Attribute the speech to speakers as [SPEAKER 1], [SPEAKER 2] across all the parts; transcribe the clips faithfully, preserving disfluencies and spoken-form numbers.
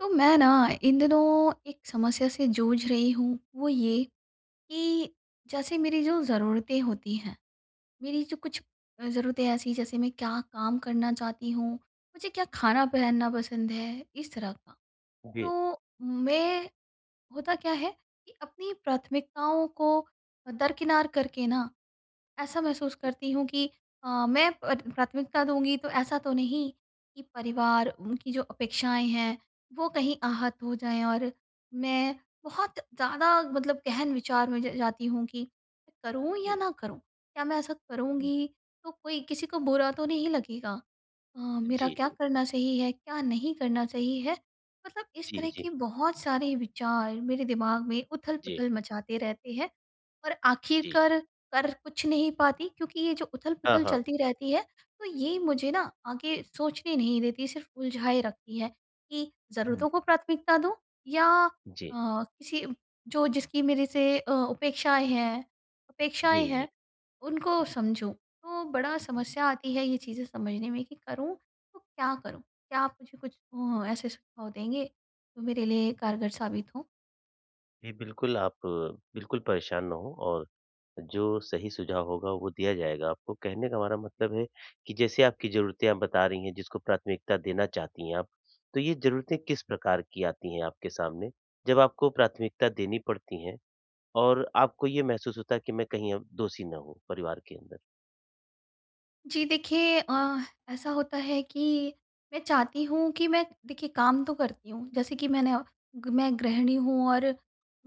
[SPEAKER 1] तो मैं ना इन दिनों एक समस्या से जूझ रही हूँ, वो ये कि जैसे मेरी जो ज़रूरतें होती हैं, मेरी जो कुछ अ, ज़रूरतें ऐसी जैसे मैं क्या काम करना चाहती हूँ, मुझे क्या खाना पहनना पसंद है, इस तरह का।
[SPEAKER 2] जी।
[SPEAKER 1] तो मैं होता क्या है कि अपनी प्राथमिकताओं को दरकिनार करके ना ऐसा महसूस करती हूँ कि अ, मैं पर प्राथमिकता दूँगी तो ऐसा तो नहीं कि परिवार, उनकी जो अपेक्षाएँ हैं, वो कहीं आहत हो जाएँ और मैं बहुत ज़्यादा मतलब गहन विचार में ज जाती हूँ कि मैं करूँ या
[SPEAKER 2] जी।
[SPEAKER 1] ना करूँ? क्या मैं ऐसा
[SPEAKER 2] हुँ,
[SPEAKER 1] करूँगी
[SPEAKER 2] हुँ।
[SPEAKER 1] तो कोई किसी को बुरा तो नहीं लगेगा? अ, मेरा
[SPEAKER 2] जी,
[SPEAKER 1] क्या
[SPEAKER 2] जी।
[SPEAKER 1] करना सही है, क्या नहीं करना सही है? मतलब इस
[SPEAKER 2] जी,
[SPEAKER 1] तरह
[SPEAKER 2] जी।
[SPEAKER 1] के बहुत सारे विचार मेरे दिमाग में
[SPEAKER 2] जी,
[SPEAKER 1] उथल-पुथल मचाते रहते हैं और
[SPEAKER 2] जी।
[SPEAKER 1] आखिरकार कर कुछ नहीं पाती क्योंकि ये जो
[SPEAKER 2] हाँ,
[SPEAKER 1] उथल-पुथल
[SPEAKER 2] हाँ।
[SPEAKER 1] चलती रहती है, तो ये मुझे ना आगे सोचने नहीं देती, सिर्फ उलझाए रखती है कि
[SPEAKER 2] हुँ,
[SPEAKER 1] ज़रूरतों को प्राथमिकता दूँ या अ,
[SPEAKER 2] जी।
[SPEAKER 1] किसी जो जिसकी मेरे से अ, उपेक्षाएँ हैं
[SPEAKER 2] जी,
[SPEAKER 1] अपेक्षाएँ
[SPEAKER 2] जी,
[SPEAKER 1] हैं, उनको
[SPEAKER 2] जी,
[SPEAKER 1] समझूँ। तो बड़ा
[SPEAKER 2] जी।
[SPEAKER 1] समस्या आती है ये चीज़ें समझने में कि करूँ तो क्या करूँ? क्या आप मुझे कुछ अ, ऐसे सुझाव देंगे जो मेरे लिए कारगर साबित हों?
[SPEAKER 2] जी, बिल्कुल आप बिल्कुल परेशान ना हों और जो सही सुझाव होगा वो दिया जाएगा आपको। कहने का हमारा मतलब है कि जैसे आपकी ज़रूरतें आप बता रही हैं जिसको प्राथमिकता देना चाहती हैं आप, तो ये ज़रूरतें किस प्रकार की आती हैं आपके सामने? जब आपको प्राथमिकता देनी पड़ती हैं और आपको ये महसूस होता है कि मैं कहीं अब दोषी ना हूँ परिवार के अंदर।
[SPEAKER 1] जी देखिए अ, ऐसा होता है कि मैं चाहती हूँ कि मैं देखिए काम तो करती हूँ जैसे कि मैंने मैं गृहिणी हूँ और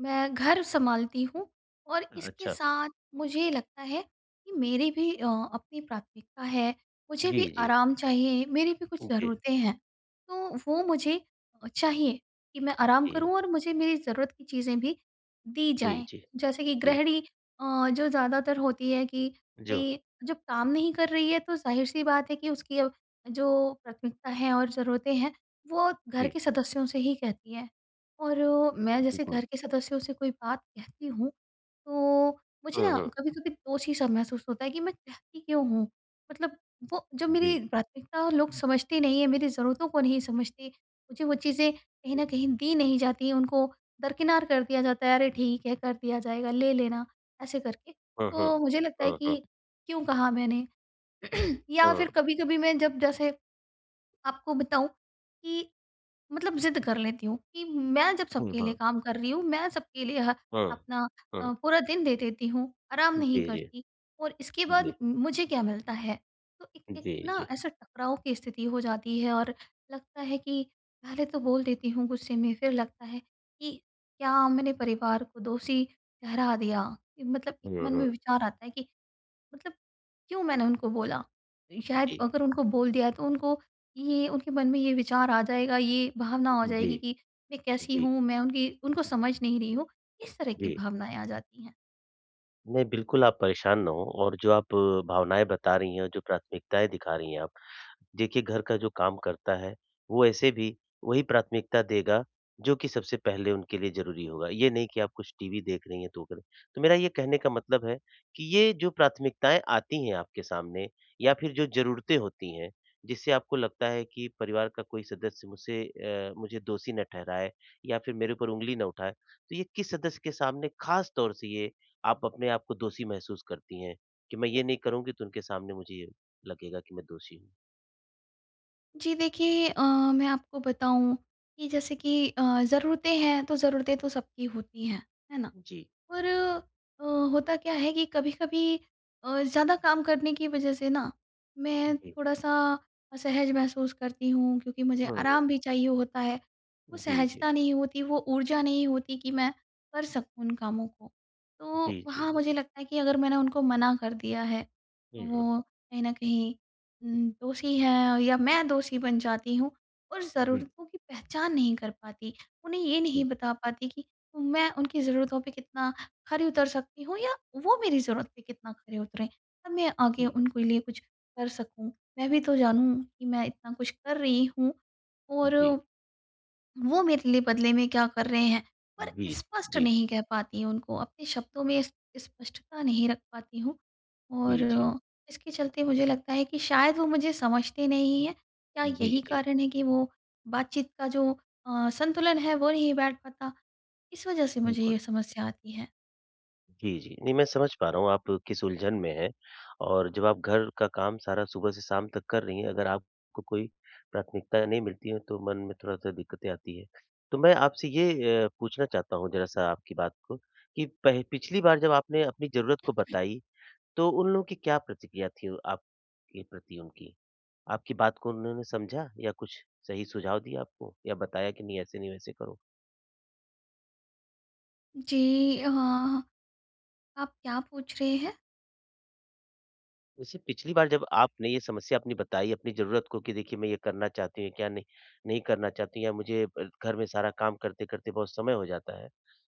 [SPEAKER 1] मैं घर संभालती हूँ और इसके
[SPEAKER 2] अच्छा।
[SPEAKER 1] साथ मुझे लगता है कि मेरी भी अ, अपनी प्राथमिकता है मुझे
[SPEAKER 2] जी,
[SPEAKER 1] भी
[SPEAKER 2] जी।
[SPEAKER 1] आराम चाहिए मेरी भी कुछ
[SPEAKER 2] जी,
[SPEAKER 1] ज़रूरतें हैं तो वो मुझे अ, चाहिए कि मैं आराम करूँ
[SPEAKER 2] जी,
[SPEAKER 1] और मुझे मेरी ज़रूरत की चीज़ें भी दी
[SPEAKER 2] जी,
[SPEAKER 1] जाएं
[SPEAKER 2] जी।
[SPEAKER 1] जैसे कि
[SPEAKER 2] जी,
[SPEAKER 1] गृहिणी अ, जो ज़्यादातर होती है कि
[SPEAKER 2] जो
[SPEAKER 1] भाई जब काम नहीं कर रही है तो ज़ाहिर-सी बात है कि उसकी अब जो प्राथमिकता है और ज़रूरतें हैं, वो घर
[SPEAKER 2] जी,
[SPEAKER 1] के सदस्यों से ही कहती है। और अ, मैं जैसे
[SPEAKER 2] बिल्कुल।
[SPEAKER 1] घर के सदस्यों से कोई बात कहती हूँ, तो मुझे
[SPEAKER 2] हुँ,
[SPEAKER 1] ना
[SPEAKER 2] हुँ।
[SPEAKER 1] कभी-कभी दोषी-सा महसूस होता है कि मैं कहती क्यों हूँ? मतलब वो जब मेरी
[SPEAKER 2] जी,
[SPEAKER 1] प्राथमिकता लोग समझते नहीं हैं, मेरी ज़रूरतों को नहीं समझते, मुझे वो चीज़ें कहीं
[SPEAKER 2] जी।
[SPEAKER 1] न कहीं दी नहीं जाती हैं, उनको दरकिनार कर दिया जाता है, "अरे ठीक है, कर दिया जाएगा, ले लेना।" ऐसे करके।
[SPEAKER 2] हुँ, हुँ।
[SPEAKER 1] तो मुझे लगता है
[SPEAKER 2] हुँ,
[SPEAKER 1] कि
[SPEAKER 2] हुँ,
[SPEAKER 1] क्यों कहा मैंने? या
[SPEAKER 2] हुँ।
[SPEAKER 1] फिर कभी-कभी मैं जब जैसे आपको बताऊँ कि मतलब ज़िद कर लेती हूँ कि मैं जब
[SPEAKER 2] हुँ,
[SPEAKER 1] सबके लिए
[SPEAKER 2] हाँ।
[SPEAKER 1] काम कर रही हूँ, मैं सबके लिए ह
[SPEAKER 2] हुँ,
[SPEAKER 1] अपना
[SPEAKER 2] हुँ।
[SPEAKER 1] अ, पूरा दिन दे देती हूँ, आराम नहीं
[SPEAKER 2] जी, जी,
[SPEAKER 1] करती और इसके बाद
[SPEAKER 2] जी,
[SPEAKER 1] मुझे क्या मिलता है? तो एक एक
[SPEAKER 2] जी,
[SPEAKER 1] ना
[SPEAKER 2] जी।
[SPEAKER 1] ऐसा टकराव की स्थिति हो जाती है और लगता है कि पहले तो बोल देती हूँ गुस्से में, फिर लगता है कि क्या मैंने परिवार को दोषी ठहरा दिया? मतलब एक
[SPEAKER 2] हुँ,
[SPEAKER 1] मन
[SPEAKER 2] हुँ।
[SPEAKER 1] में विचार आता है कि मतलब क्यों मैंने उनको बोला? शायद
[SPEAKER 2] जी,
[SPEAKER 1] अगर
[SPEAKER 2] जी,
[SPEAKER 1] उनको बोल दिया तो उनको ये उनके मन में ये विचार आ जाएगा, ये भावना हो जाएगी
[SPEAKER 2] जी,
[SPEAKER 1] कि मैं कैसी
[SPEAKER 2] जी।
[SPEAKER 1] हूँ? मैं उनकी उनको समझ नहीं रही हूँ। इस तरह की
[SPEAKER 2] जी।
[SPEAKER 1] भावनाएँ आ जाती हैं।
[SPEAKER 2] नहीं, बिल्कुल आप परेशान ना हों और जो आप भावनाएँ बता रही हैं और जो प्राथमिकताएँ दिखा रही हैं आप, देखिए घर का जो काम करता है, वो ऐसे भी वही प्राथमिकता देगा, जो कि सबसे पहले उनके लिए ज़रूरी होगा। ये नहीं कि आप कुछ टीवी देख रही हैं तो करें। तो मेरा ये कहने का मतलब है कि ये जो प्राथमिकताएँ आती हैं आपके सामने या फिर जो ज़रूरतें होती हैं, जिससे आपको लगता है कि परिवार का कोई सदस्य मुझसे अ, मुझे दोषी ना ठहराए या फिर मेरे ऊपर उँगली ना उठाए, तो ये किस सदस्य के सामने ख़ास तौर से ये आप अपने आप को दोषी महसूस करती हैं? कि मैं ये नहीं करूँगी तो उनके सामने मुझे ये लगेगा कि मैं दोषी हूँ।
[SPEAKER 1] जी देखिए अ, मैं आपको बताऊँ कि जैसे कि अ, ज़रूरतें हैं तो ज़रूरतें तो सबकी होती हैं, है ना?
[SPEAKER 2] जी,
[SPEAKER 1] और अ, होता क्या है कि कभी-कभी अ, ज़्यादा काम करने की वजह से ना मैं
[SPEAKER 2] जी।
[SPEAKER 1] थोड़ा-सा असहज महसूस करती हूँ क्योंकि मुझे
[SPEAKER 2] हाँ,
[SPEAKER 1] आराम भी चाहिए होता है। वो
[SPEAKER 2] जी, जी।
[SPEAKER 1] सहजता नहीं होती, वो ऊर्जा नहीं होती कि मैं कर सकूँ उन कामों को।
[SPEAKER 2] जी,
[SPEAKER 1] तो
[SPEAKER 2] जी,
[SPEAKER 1] वहाँ
[SPEAKER 2] जी।
[SPEAKER 1] मुझे लगता है कि अगर मैंने उनको मना कर दिया है, तो
[SPEAKER 2] जी, हाँ।
[SPEAKER 1] वो कहीं न कहीं उम, दोषी हैं या मैं दोषी बन जाती हूँ और
[SPEAKER 2] जी,
[SPEAKER 1] ज़रूरतों की पहचान नहीं कर पाती। उन्हें ये नहीं बता पाती कि मैं उनकी ज़रूरतों पे कितना खरे उतर सकती हूँ या वो मेरी ज़रूरत पे कितना खरे उतरे। तब मैं आगे
[SPEAKER 2] जी, जी,
[SPEAKER 1] उनके लिए कुछ कर सकूँ। मैं भी तो जानूँ कि मैं इतना कुछ कर रही हूँ और
[SPEAKER 2] जी,
[SPEAKER 1] वो मेरे लिए बदले में क्या कर रहे हैं। पर
[SPEAKER 2] जी, जी,
[SPEAKER 1] स्पष्ट
[SPEAKER 2] जी,
[SPEAKER 1] नहीं कह पाती हूँ उनको, अपने शब्दों में इस स्पष्टता नहीं रख पाती हूँ और
[SPEAKER 2] जी,
[SPEAKER 1] इसके चलते मुझे लगता है कि शायद वो मुझे समझते नहीं हैं। क्या
[SPEAKER 2] जी,
[SPEAKER 1] यही
[SPEAKER 2] जी,
[SPEAKER 1] कारण है कि वो बातचीत का जो अ, संतुलन है वो नहीं बैठ पाता? इस वज़ह से मुझे
[SPEAKER 2] बिल्कुल।
[SPEAKER 1] ये समस्या आती है।
[SPEAKER 2] जी, जी। नहीं, मैं समझ पा रहा हूँ आप किस उलझन में हैं और जब आप घर का काम सारा सुबह से शाम तक कर रही हैं, अगर आपको कोई प्राथमिकता नहीं मिलती है, तो मन में थोड़ा-सा दिक्कतें आती हैं। तो मैं आपसे ये अ, पूछना चाहता हूँ ज़रा-सा आपकी बात को कि पह पिछली बार जब आपने अपनी ज़रूरत को बताई तो उन लोगों की क्या प्रतिक्रिया थी आपके प्रति उनकी? आपकी बात को उन्होंने समझा या कुछ सही सुझाव दिया आपको? या बताया कि नहीं ऐसे नहीं वैसे करो?
[SPEAKER 1] जी, अ, आप क्या पूछ रहे हैं?
[SPEAKER 2] जैसे पिछली बार जब आपने ये समस्या अपनी बताई अपनी ज़रूरत को कि देखिए मैं ये करना चाहती हूँ, क्या नहीं नहीं करना चाहती हूँ या मुझे अ, घर में सारा काम करते-करते बहुत समय हो जाता है।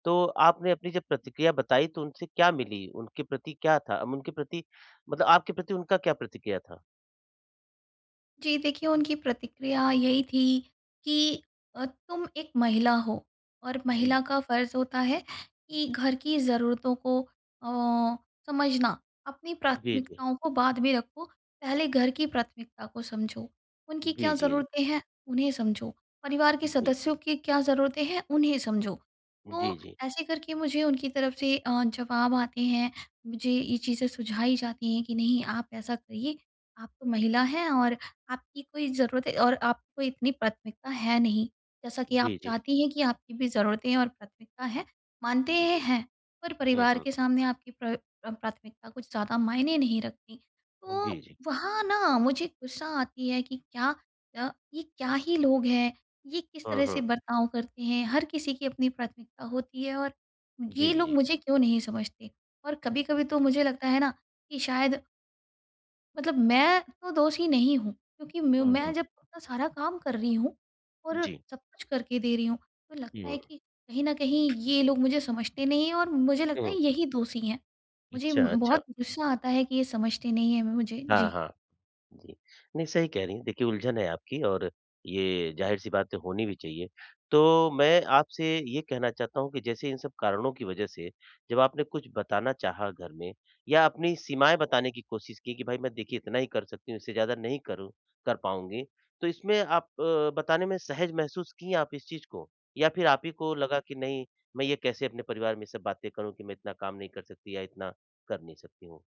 [SPEAKER 2] तो आपने अपनी जब प्रतिक्रिया बताई तो उनसे क्या मिली? उनके प्रति क्या था? अब उनके प्रति मतलब आपके प्रति उनका क्या प्रतिक्रिया था?
[SPEAKER 1] जी, देखिए उनकी प्रतिक्रिया यही थी कि अ, तुम एक महिला हो और
[SPEAKER 2] जी।
[SPEAKER 1] महिला का फ़र्ज़ होता है कि घर की ज़रूरतों को अ, समझना। अपनी
[SPEAKER 2] जी, जी।
[SPEAKER 1] प्राथमिकताओं को बाद में रखो, पहले घर की प्राथमिकता को समझो। उनकी
[SPEAKER 2] जी,
[SPEAKER 1] क्या
[SPEAKER 2] जी।
[SPEAKER 1] ज़रूरतें हैं, उन्हें समझो। परिवार के
[SPEAKER 2] जी।
[SPEAKER 1] सदस्यों की क्या ज़रूरतें हैं, उन्हें समझो।
[SPEAKER 2] जी,
[SPEAKER 1] तो
[SPEAKER 2] जी।
[SPEAKER 1] ऐसे करके मुझे उनकी तरफ से अ, जवाब आते हैं, मुझे ये चीज़ें सुझाई जाती हैं कि नहीं आप ऐसा करिए, आप तो महिला हैं और आपकी कोई ज़रूरत है और आपको इतनी प्राथमिकता है नहीं, जैसा कि आप
[SPEAKER 2] जी, जी।
[SPEAKER 1] चाहती हैं कि आपकी भी ज़रूरतें और प्राथमिकता है, मानते हैं,
[SPEAKER 2] जी।
[SPEAKER 1] हैं, पर
[SPEAKER 2] हुँ,
[SPEAKER 1] परिवार
[SPEAKER 2] हुँ।
[SPEAKER 1] के सामने आपकी प्र अ, प्राथमिकता कुछ ज़्यादा मायने नहीं रखती।
[SPEAKER 2] जी,
[SPEAKER 1] तो
[SPEAKER 2] जी।
[SPEAKER 1] वहाँ ना मुझे गुस्सा आती है कि क्या अ, ये क्या ही लोग हैं, ये किस
[SPEAKER 2] हाँ,
[SPEAKER 1] तरह से
[SPEAKER 2] हाँ।
[SPEAKER 1] बर्ताव करते हैं, हर किसी की अपनी प्राथमिकता होती है और
[SPEAKER 2] जी,
[SPEAKER 1] ये लोग
[SPEAKER 2] जी।
[SPEAKER 1] मुझे क्यों नहीं समझते? और कभी-कभी तो
[SPEAKER 2] जी।
[SPEAKER 1] मुझे लगता है ना कि शायद मतलब मैं तो दोषी नहीं हूँ क्योंकि मैं
[SPEAKER 2] हुँ,
[SPEAKER 1] मैं
[SPEAKER 2] हुँ।
[SPEAKER 1] जब अपना सारा काम कर रही हूँ और
[SPEAKER 2] जी।
[SPEAKER 1] सब कुछ करके दे रही हूँ, तो लगता
[SPEAKER 2] हुँ,
[SPEAKER 1] है कि कहीं न कहीं ये लोग मुझे समझते नहीं हैं और मुझे लगता है
[SPEAKER 2] हुँ।
[SPEAKER 1] यही दोषी हैं। मुझे
[SPEAKER 2] अच्छा, अच्छा।
[SPEAKER 1] बहुत गुस्सा आता है कि ये समझते नहीं हैं मुझे।
[SPEAKER 2] हाँ,
[SPEAKER 1] जी।
[SPEAKER 2] हाँ। जी। नहीं, सही कह रही हैं। देखिए, उलझन है आपकी और ये ज़ाहिर-सी बात है, होनी भी चाहिए। तो मैं आपसे ये कहना चाहता हूँ कि जैसे इन सब कारणों की वजह से जब आपने कुछ बताना चाहा घर में या अपनी सीमाएँ बताने की कोशिश की कि, "भाई, मैं देखिए इतना ही कर सकती हूँ, इससे ज़्यादा नहीं करूँ कर पाऊँगी।" तो इसमें आप अ, बताने में सहज महसूस की आप इस चीज़ को? या फिर आप ही को लगा कि, "नहीं, मैं ये कैसे अपने परिवार में ये सब बातें करूँ कि मैं इतना काम नहीं कर सकती या इतना कर नहीं सकती हूँ?"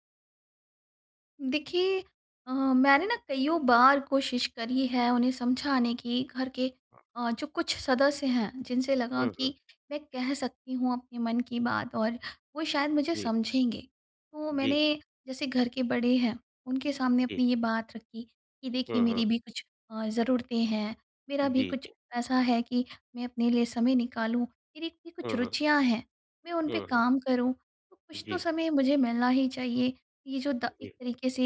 [SPEAKER 1] देखिए अ, मैंने ना कइयों बार कोशिश करी है उन्हें समझाने की घर के अ, जो कुछ सदस्य हैं जिनसे लगा
[SPEAKER 2] हुँ, हुँ।
[SPEAKER 1] कि मैं कह सकती हूँ अपने मन की बात और वो शायद मुझे
[SPEAKER 2] जी,
[SPEAKER 1] समझेंगे तो
[SPEAKER 2] जी,
[SPEAKER 1] मैंने जैसे घर के बड़े हैं उनके सामने
[SPEAKER 2] जी।
[SPEAKER 1] अपनी ये बात रखी कि देखिए
[SPEAKER 2] हुँ,
[SPEAKER 1] मेरी
[SPEAKER 2] हुँ।
[SPEAKER 1] भी कुछ अ, ज़रूरतें हैं मेरा भी
[SPEAKER 2] जी,
[SPEAKER 1] कुछ
[SPEAKER 2] जी।
[SPEAKER 1] ऐसा है कि मैं अपने लिए समय निकालूं मेरी भी कुछ
[SPEAKER 2] हुँ, हुँ।
[SPEAKER 1] रुचियां हैं मैं उन पे
[SPEAKER 2] हुँ, हुँ।
[SPEAKER 1] काम करूं तो कुछ तो
[SPEAKER 2] जी,
[SPEAKER 1] समय मुझे मिलना ही चाहिए ये जो द एक
[SPEAKER 2] जी।
[SPEAKER 1] तरीके से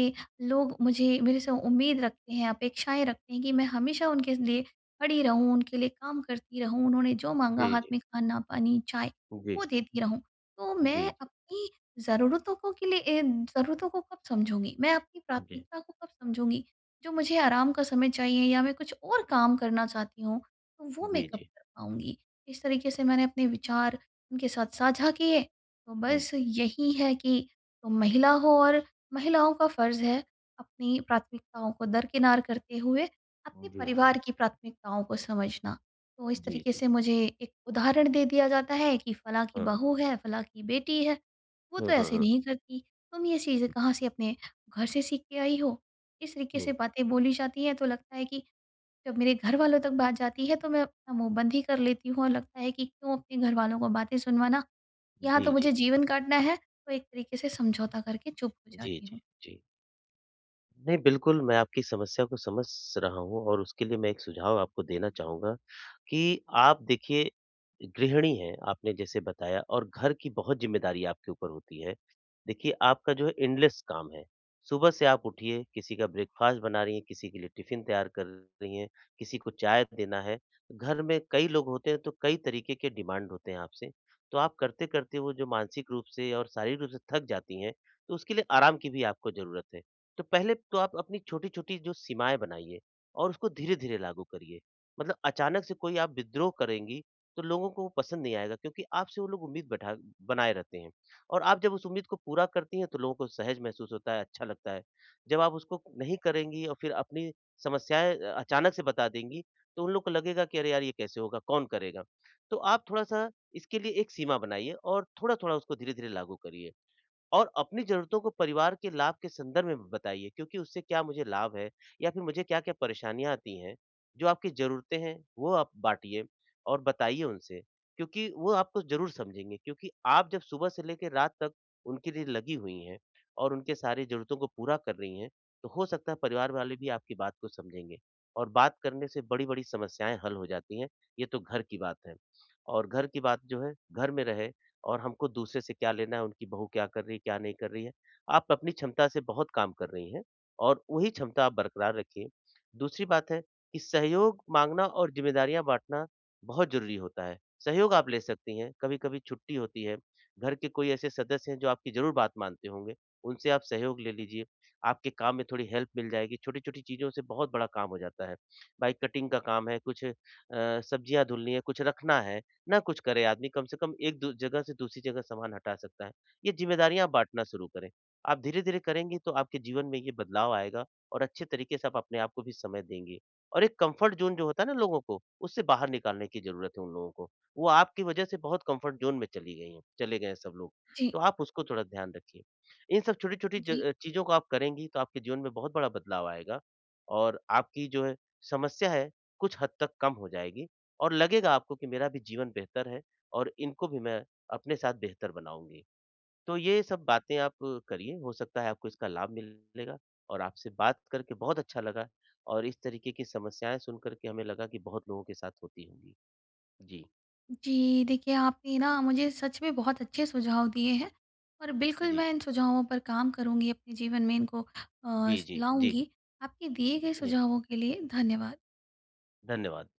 [SPEAKER 1] लोग मुझे मेरे से उम्मीद रखते हैं, अपेक्षाएँ रखते हैं कि मैं हमेशा उनके लिए खड़ी रहूँ, उनके लिए काम करती रहूँ, उन्होंने जो माँगा
[SPEAKER 2] जी,
[SPEAKER 1] हाथ
[SPEAKER 2] जी।
[SPEAKER 1] में खाना, पानी, चाय
[SPEAKER 2] जी।
[SPEAKER 1] वो देती रहूँ। तो मैं
[SPEAKER 2] जी, जी।
[SPEAKER 1] अपनी ज़रूरतों को के लिए ए, ज़रूरतों को कब समझूँगी? मैं अपनी
[SPEAKER 2] जी।
[SPEAKER 1] प्राथमिकता को कब समझूँगी? जो मुझे आराम का समय चाहिए या मैं कुछ और काम करना चाहती हूँ, तो वो मैं
[SPEAKER 2] जी,
[SPEAKER 1] कब
[SPEAKER 2] जी।
[SPEAKER 1] कर पाऊँगी? इस तरीके से मैंने अपने विचार उनके साथ साझा किए, तो
[SPEAKER 2] हुँ।
[SPEAKER 1] बस यही है कि तो महिला हो और महिलाओं का फ़र्ज़ है अपनी प्राथमिकताओं को दरकिनार करते हुए अपने
[SPEAKER 2] जी, जी।
[SPEAKER 1] परिवार की प्राथमिकताओं को समझना। तो इस
[SPEAKER 2] जी,
[SPEAKER 1] तरीके
[SPEAKER 2] जी।
[SPEAKER 1] से मुझे एक उदाहरण दे दिया जाता है कि फलाँ की
[SPEAKER 2] हाँ।
[SPEAKER 1] बहू है, फलाँ की बेटी है, वो तो
[SPEAKER 2] हुँ, हुँ,
[SPEAKER 1] ऐसे
[SPEAKER 2] हुँ।
[SPEAKER 1] नहीं करती, तुम ये चीज़ें कहाँ से अपने घर से सीख के आई हो? इस तरीके से
[SPEAKER 2] हुँ।
[SPEAKER 1] बातें बोली जाती हैं तो लगता है कि जब मेरे घरवालों तक बात जाती है तो मैं अपना मुँह बंद ही कर लेती हूँ और लगता है कि क्यों अपने घरवालों को बातें सुनवाना। यहाँ तो
[SPEAKER 2] जी, जी।
[SPEAKER 1] मुझे जीवन काटना है, तो एक तरीके से समझौता करके चुप हो
[SPEAKER 2] जी,
[SPEAKER 1] जाती हूँ।
[SPEAKER 2] जी। जी। नहीं, बिल्कुल, मैं आपकी समस्या को समझ रहा हूँ और उसके लिए मैं एक सुझाव आपको देना चाहूँगा कि आप देखिए, गृहिणी हैं, आपने जैसे बताया और घर की बहुत ज़िम्मेदारी आपके ऊपर होती है। देखिए, आपका जो है एंडलेस काम है। सुबह से आप उठिए, किसी का ब्रेकफ़ास्ट बना रही हैं, किसी के लिए टिफ़िन तैयार कर रही हैं, किसी को चाय देना है। घर में कई लोग होते हैं, तो कई तरीके के डिमांड होते हैं आपसे। तो आप करते-करते वो जो मानसिक रूप से और शारीरिक रूप से थक जाती हैं, तो उसके लिए आराम की भी आपको ज़रूरत है। तो पहले तो आप अपनी छोटी-छोटी जो सीमाएँ बनाइए और उसको धीरे-धीरे लागू करिए। मतलब अचानक से कोई आप विद्रोह करेंगी, तो लोगों को वो पसंद नहीं आएगा क्योंकि आपसे वो लोग उम्मीद बैठा बनाए रहते हैं और आप जब उस उम्मीद को पूरा करती हैं, तो लोगों को सहज महसूस होता है, अच्छा लगता है। जब आप उसको नहीं करेंगी और फिर अपनी समस्याएँ अ, अचानक से बता देंगी, तो उन लोग को लगेगा कि अरे यार! ये कैसे होगा, कौन करेगा? तो आप थोड़ा-सा इसके लिए एक सीमा बनाइए और थोड़ा-थोड़ा उसको धीरे-धीरे लागू करिए। और अपनी ज़रूरतों को परिवार के लाभ के संदर्भ में बताइए क्योंकि उससे क्या मुझे लाभ है या फिर मुझे क्या-क्या परेशानियाँ आती हैं, जो आपकी ज़रूरतें हैं वो आप बाँटिए और बताइए उनसे क्योंकि वो आपको ज़रूर समझेंगे क्योंकि आप जब सुबह से लेके रात तक उनके लिए लगी हुई हैं और उनके सारी ज़रूरतों को पूरा कर रही हैं, तो हो सकता है परिवार वाले भी आपकी बात को समझेंगे और बात करने से बड़ी-बड़ी समस्याएँ हल हो जाती हैं, ये तो घर की बात है। और घर की बात जो है घर में रहे और हमको दूसरे से क्या लेना है, उनकी बहू क्या कर रही है, क्या नहीं कर रही है। आप अपनी क्षमता से बहुत काम कर रही हैं और वही क्षमता आप बरकरार रखिए। दूसरी बात है कि सहयोग माँगना और ज़िम्मेदारियाँ बाँटना बहुत ज़रूरी होता है। सहयोग आप ले सकती हैं, कभी-कभी छुट्टी होती है, घर के कोई ऐसे सदस्य हैं जो आपकी ज़रूर बात मानते होंगे, उनसे आप सहयोग ले लीजिए। आपके काम में थोड़ी हेल्प मिल जाएगी, छोटी-छोटी चीज़ों से बहुत बड़ा काम हो जाता है। भाई कटिंग का काम है, कुछ अ, सब्जियाँ धुलनी है, कुछ रखना है। ना कुछ करे आदमी, कम से कम एक दू जगह से दूसरी जगह सामान हटा सकता है। ये ज़िम्मेदारियाँ आप बाँटना शुरू करें। आप धीरे-धीरे करेंगे तो आपके जीवन में ये बदलाव आएगा और अच्छे तरीके से आप अपने आप को भी समय देंगे। और एक कम्फ़र्ट ज़ोन जो होता है ना लोगों को, उससे बाहर निकालने की ज़रूरत है उन लोगों को। वो आपकी वजह से बहुत कम्फ़र्ट ज़ोन में चली गई हैं चले गए हैं सब लोग।
[SPEAKER 1] जी,
[SPEAKER 2] तो आप उसको थोड़ा ध्यान रखिए। इन सब छोटी-छोटी ज
[SPEAKER 1] जी।
[SPEAKER 2] अ, चीज़ों को आप करेंगी तो आपके जीवन में बहुत बड़ा बदलाव आएगा और आपकी जो है समस्या है, कुछ हद तक कम हो जाएगी और लगेगा आपको कि मेरा भी जीवन बेहतर है और इनको भी मैं अपने साथ बेहतर बनाऊँगी। तो ये सब बातें आप करिए, हो सकता है आपको इसका लाभ मिलेगा और आपसे बात करके बहुत अच्छा लगा और इस तरीके की समस्याएँ सुन कर के हमें लगा कि बहुत लोगों के साथ होती होंगी। जी,
[SPEAKER 1] जी, देखिए आपने ना मुझे सच में बहुत अच्छे सुझाव दिए हैं और बिल्कुल
[SPEAKER 2] जी।
[SPEAKER 1] मैं इन सुझावों पर काम करूँगी, अपने जीवन में इनको अ,
[SPEAKER 2] जी,
[SPEAKER 1] स
[SPEAKER 2] जी, जी,
[SPEAKER 1] लाऊँगी। आपके दिए गए
[SPEAKER 2] जी।
[SPEAKER 1] सुझावों के लिए धन्यवाद।
[SPEAKER 2] धन्यवाद।